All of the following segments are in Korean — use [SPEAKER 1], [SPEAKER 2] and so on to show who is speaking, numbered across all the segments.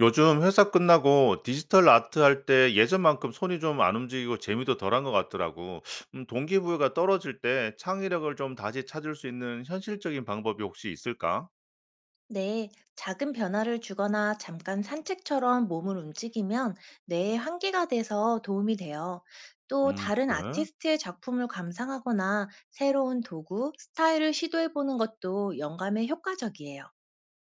[SPEAKER 1] 요즘 회사 끝나고 디지털 아트 할 때 예전만큼 손이 좀 안 움직이고 재미도 덜한 것 같더라고. 동기부여가 떨어질 때 창의력을 좀 다시 찾을 수 있는 현실적인 방법이 혹시 있을까?
[SPEAKER 2] 네, 작은 변화를 주거나 잠깐 산책처럼 몸을 움직이면 뇌의 환기가 돼서 도움이 돼요. 또 다른
[SPEAKER 1] 그래?
[SPEAKER 2] 아티스트의 작품을 감상하거나 새로운 도구, 스타일을 시도해보는 것도 영감에 효과적이에요.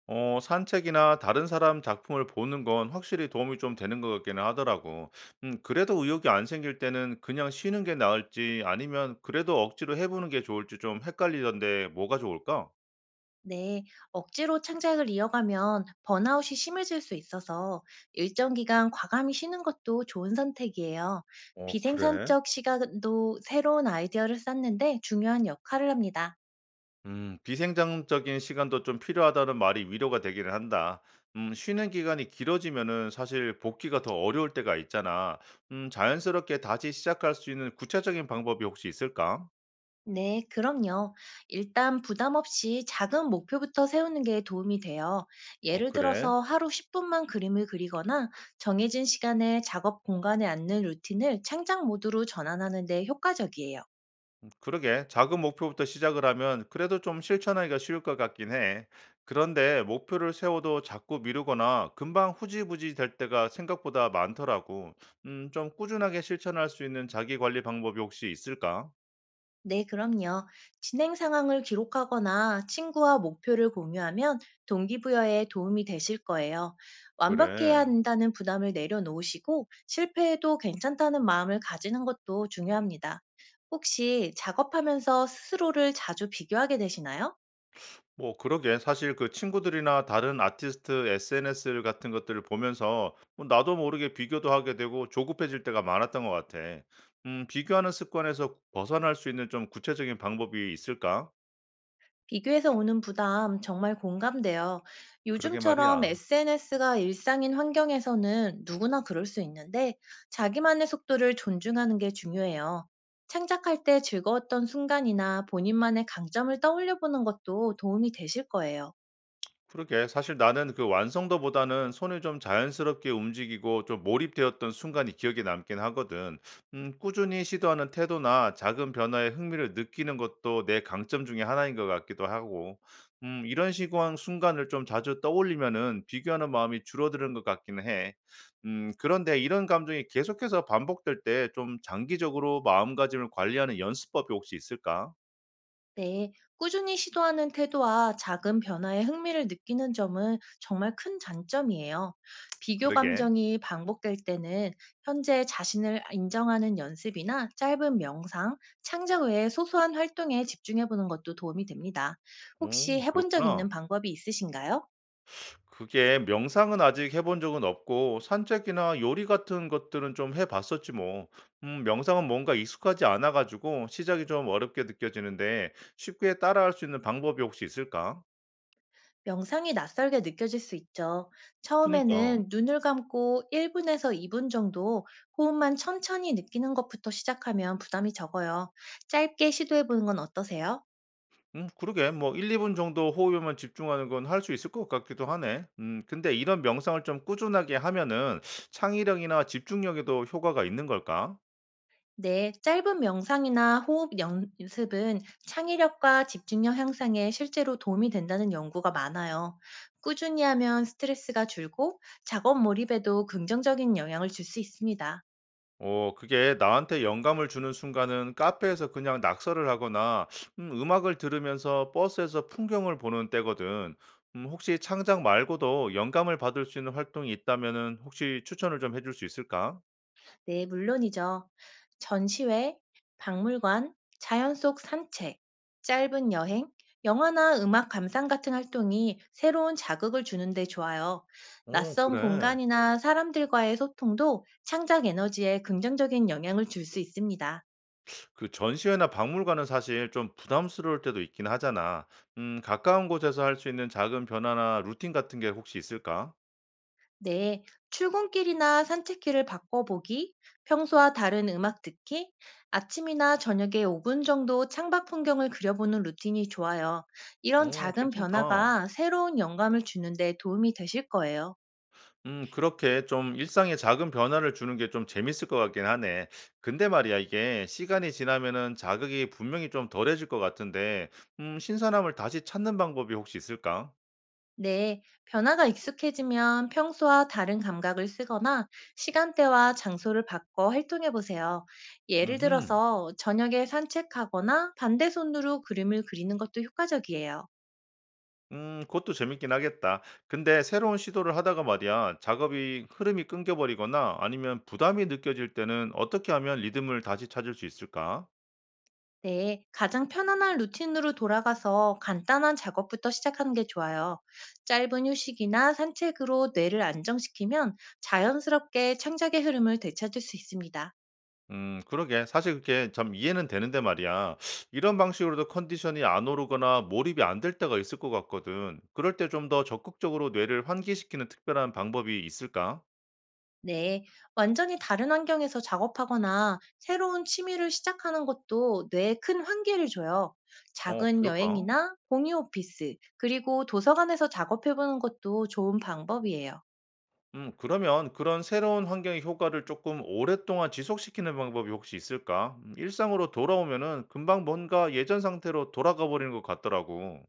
[SPEAKER 1] 어, 산책이나 다른 사람 작품을 보는 건 확실히 도움이 좀 되는 것 같기는 하더라고. 그래도 의욕이 안 생길 때는 그냥 쉬는 게 나을지 아니면 그래도 억지로 해보는 게 좋을지 좀 헷갈리던데 뭐가 좋을까?
[SPEAKER 2] 네, 억지로 창작을 이어가면 번아웃이 심해질 수 있어서 일정 기간 과감히 쉬는 것도 좋은 선택이에요.
[SPEAKER 1] 어, 그래?
[SPEAKER 2] 비생산적 시간도 새로운 아이디어를 쌓는데 중요한 역할을 합니다.
[SPEAKER 1] 비생장적인 시간도 좀 필요하다는 말이 위로가 되기는 한다. 쉬는 기간이 길어지면은 사실 복귀가 더 어려울 때가 있잖아. 자연스럽게 다시 시작할 수 있는 구체적인 방법이 혹시 있을까?
[SPEAKER 2] 네, 그럼요. 일단 부담 없이 작은 목표부터 세우는 게 도움이 돼요.
[SPEAKER 1] 어,
[SPEAKER 2] 예를
[SPEAKER 1] 그래.
[SPEAKER 2] 들어서 하루 10분만 그림을 그리거나 정해진 시간에 작업 공간에 앉는 루틴을 창작 모드로 전환하는 데 효과적이에요.
[SPEAKER 1] 그러게. 작은 목표부터 시작을 하면 그래도 좀 실천하기가 쉬울 것 같긴 해. 그런데 목표를 세워도 자꾸 미루거나 금방 후지부지 될 때가 생각보다 많더라고. 좀 꾸준하게 실천할 수 있는 자기 관리 방법이 혹시 있을까?
[SPEAKER 2] 네, 그럼요. 진행 상황을 기록하거나 친구와 목표를 공유하면 동기부여에 도움이 되실 거예요. 완벽해야
[SPEAKER 1] 그래.
[SPEAKER 2] 한다는 부담을 내려놓으시고 실패해도 괜찮다는 마음을 가지는 것도 중요합니다. 혹시 작업하면서 스스로를 자주 비교하게 되시나요?
[SPEAKER 1] 뭐 그러게. 사실 그 친구들이나 다른 아티스트 SNS 같은 것들을 보면서 뭐 나도 모르게 비교도 하게 되고 조급해질 때가 많았던 것 같아. 비교하는 습관에서 벗어날 수 있는 좀 구체적인 방법이 있을까?
[SPEAKER 2] 비교해서 오는 부담 정말 공감돼요.
[SPEAKER 1] 그러게
[SPEAKER 2] 요즘처럼
[SPEAKER 1] 말이야.
[SPEAKER 2] SNS가 일상인 환경에서는 누구나 그럴 수 있는데 자기만의 속도를 존중하는 게 중요해요. 창작할 때 즐거웠던 순간이나 본인만의 강점을 떠올려 보는 것도 도움이 되실 거예요.
[SPEAKER 1] 그러게. 사실 나는 그 완성도보다는 손을 좀 자연스럽게 움직이고 좀 몰입되었던 순간이 기억에 남긴 하거든. 꾸준히 시도하는 태도나 작은 변화에 흥미를 느끼는 것도 내 강점 중에 하나인 것 같기도 하고. 이런 시간 순간을 좀 자주 떠올리면은 비교하는 마음이 줄어드는 것 같기는 해. 그런데 이런 감정이 계속해서 반복될 때 좀 장기적으로 마음가짐을 관리하는 연습법이 혹시 있을까?
[SPEAKER 2] 네, 꾸준히 시도하는 태도와 작은 변화에 흥미를 느끼는 점은 정말 큰 장점이에요. 비교
[SPEAKER 1] 그러게.
[SPEAKER 2] 감정이 반복될 때는 현재 자신을 인정하는 연습이나 짧은 명상, 창작 외의 소소한 활동에 집중해 보는 것도 도움이 됩니다. 혹시
[SPEAKER 1] 오,
[SPEAKER 2] 해본 적
[SPEAKER 1] 그렇구나.
[SPEAKER 2] 있는 방법이 있으신가요?
[SPEAKER 1] 그게 명상은 아직 해본 적은 없고 산책이나 요리 같은 것들은 좀 해봤었지 뭐. 명상은 뭔가 익숙하지 않아가지고 시작이 좀 어렵게 느껴지는데 쉽게 따라할 수 있는 방법이 혹시 있을까?
[SPEAKER 2] 명상이 낯설게 느껴질 수 있죠.
[SPEAKER 1] 그니까.
[SPEAKER 2] 처음에는 눈을 감고 1분에서 2분 정도 호흡만 천천히 느끼는 것부터 시작하면 부담이 적어요. 짧게 시도해 보는 건 어떠세요?
[SPEAKER 1] 그러게. 뭐 1, 2분 정도 호흡에만 집중하는 건 할 수 있을 것 같기도 하네. 근데 이런 명상을 좀 꾸준하게 하면은 창의력이나 집중력에도 효과가 있는 걸까?
[SPEAKER 2] 네, 짧은 명상이나 호흡 연습은 창의력과 집중력 향상에 실제로 도움이 된다는 연구가 많아요. 꾸준히 하면 스트레스가 줄고 작업 몰입에도 긍정적인 영향을 줄 수 있습니다.
[SPEAKER 1] 어 그게 나한테 영감을 주는 순간은 카페에서 그냥 낙서를 하거나 음악을 들으면서 버스에서 풍경을 보는 때거든. 혹시 창작 말고도 영감을 받을 수 있는 활동이 있다면은 혹시 추천을 좀 해줄 수 있을까?
[SPEAKER 2] 네, 물론이죠. 전시회, 박물관, 자연 속 산책, 짧은 여행, 영화나 음악 감상 같은 활동이 새로운 자극을 주는데 좋아요.
[SPEAKER 1] 어
[SPEAKER 2] 낯선
[SPEAKER 1] 그래.
[SPEAKER 2] 공간이나 사람들과의 소통도 창작 에너지에 긍정적인 영향을 줄 수 있습니다.
[SPEAKER 1] 그 전시회나 박물관은 사실 좀 부담스러울 때도 있긴 하잖아. 가까운 곳에서 할 수 있는 작은 변화나 루틴 같은 게 혹시 있을까?
[SPEAKER 2] 네, 출근길이나 산책길을 바꿔보기, 평소와 다른 음악 듣기, 아침이나 저녁에 5분 정도 창밖 풍경을 그려보는 루틴이 좋아요. 이런
[SPEAKER 1] 어
[SPEAKER 2] 작은
[SPEAKER 1] 괜찮다.
[SPEAKER 2] 변화가 새로운 영감을 주는데 도움이 되실 거예요.
[SPEAKER 1] 그렇게 좀 일상에 작은 변화를 주는 게 좀 재밌을 것 같긴 하네. 근데 말이야, 이게 시간이 지나면은 자극이 분명히 좀 덜해질 것 같은데, 신선함을 다시 찾는 방법이 혹시 있을까?
[SPEAKER 2] 네, 변화가 익숙해지면 평소와 다른 감각을 쓰거나 시간대와 장소를 바꿔 활동해 보세요. 예를
[SPEAKER 1] 음
[SPEAKER 2] 들어서 저녁에 산책하거나 반대손으로 그림을 그리는 것도 효과적이에요.
[SPEAKER 1] 그것도 재밌긴 하겠다. 근데 새로운 시도를 하다가 말이야, 작업이 흐름이 끊겨버리거나 아니면 부담이 느껴질 때는 어떻게 하면 리듬을 다시 찾을 수 있을까?
[SPEAKER 2] 네, 가장 편안한 루틴으로 돌아가서 간단한 작업부터 시작하는 게 좋아요. 짧은 휴식이나 산책으로 뇌를 안정시키면 자연스럽게 창작의 흐름을 되찾을 수 있습니다.
[SPEAKER 1] 그러게. 사실 그게 참 이해는 되는데 말이야. 이런 방식으로도 컨디션이 안 오르거나 몰입이 안 될 때가 있을 것 같거든. 그럴 때 좀 더 적극적으로 뇌를 환기시키는 특별한 방법이 있을까?
[SPEAKER 2] 네, 완전히 다른 환경에서 작업하거나 새로운 취미를 시작하는 것도 뇌에 큰 환기를 줘요.
[SPEAKER 1] 어
[SPEAKER 2] 작은
[SPEAKER 1] 그럴까?
[SPEAKER 2] 여행이나 공유 오피스, 그리고 도서관에서 작업해보는 것도 좋은 방법이에요.
[SPEAKER 1] 그러면 그런 새로운 환경의 효과를 조금 오랫동안 지속시키는 방법이 혹시 있을까? 일상으로 돌아오면은 금방 뭔가 예전 상태로 돌아가 버리는 것 같더라고.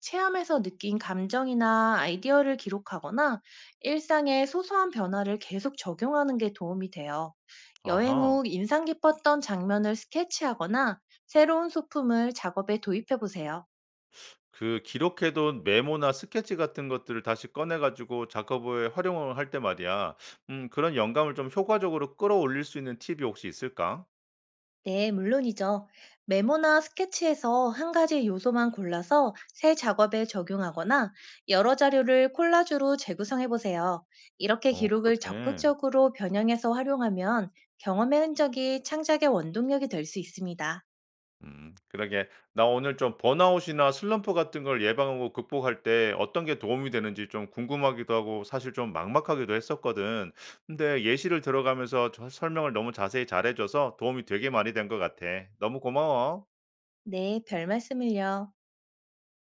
[SPEAKER 2] 체험에서 느낀 감정이나 아이디어를 기록하거나 일상의 소소한 변화를 계속 적용하는 게 도움이 돼요. 여행
[SPEAKER 1] 아하.
[SPEAKER 2] 후 인상 깊었던 장면을 스케치하거나 새로운 소품을 작업에 도입해 보세요.
[SPEAKER 1] 그 기록해 둔 메모나 스케치 같은 것들을 다시 꺼내 가지고 작업에 활용을 할 때 말이야. 그런 영감을 좀 효과적으로 끌어올릴 수 있는 팁이 혹시 있을까?
[SPEAKER 2] 네, 물론이죠. 메모나 스케치에서 한 가지 요소만 골라서 새 작업에 적용하거나 여러 자료를 콜라주로 재구성해 보세요. 이렇게
[SPEAKER 1] 어
[SPEAKER 2] 기록을
[SPEAKER 1] 그렇게.
[SPEAKER 2] 적극적으로 변형해서 활용하면 경험의 흔적이 창작의 원동력이 될 수 있습니다.
[SPEAKER 1] 그러게. 나 오늘 좀 번아웃이나 슬럼프 같은 걸 예방하고 극복할 때 어떤 게 도움이 되는지 좀 궁금하기도 하고 사실 좀 막막하기도 했었거든. 근데 예시를 들어가면서 저 설명을 너무 자세히 잘해 줘서 도움이 되게 많이 된 것 같아. 너무 고마워.
[SPEAKER 2] 네, 별 말씀을요.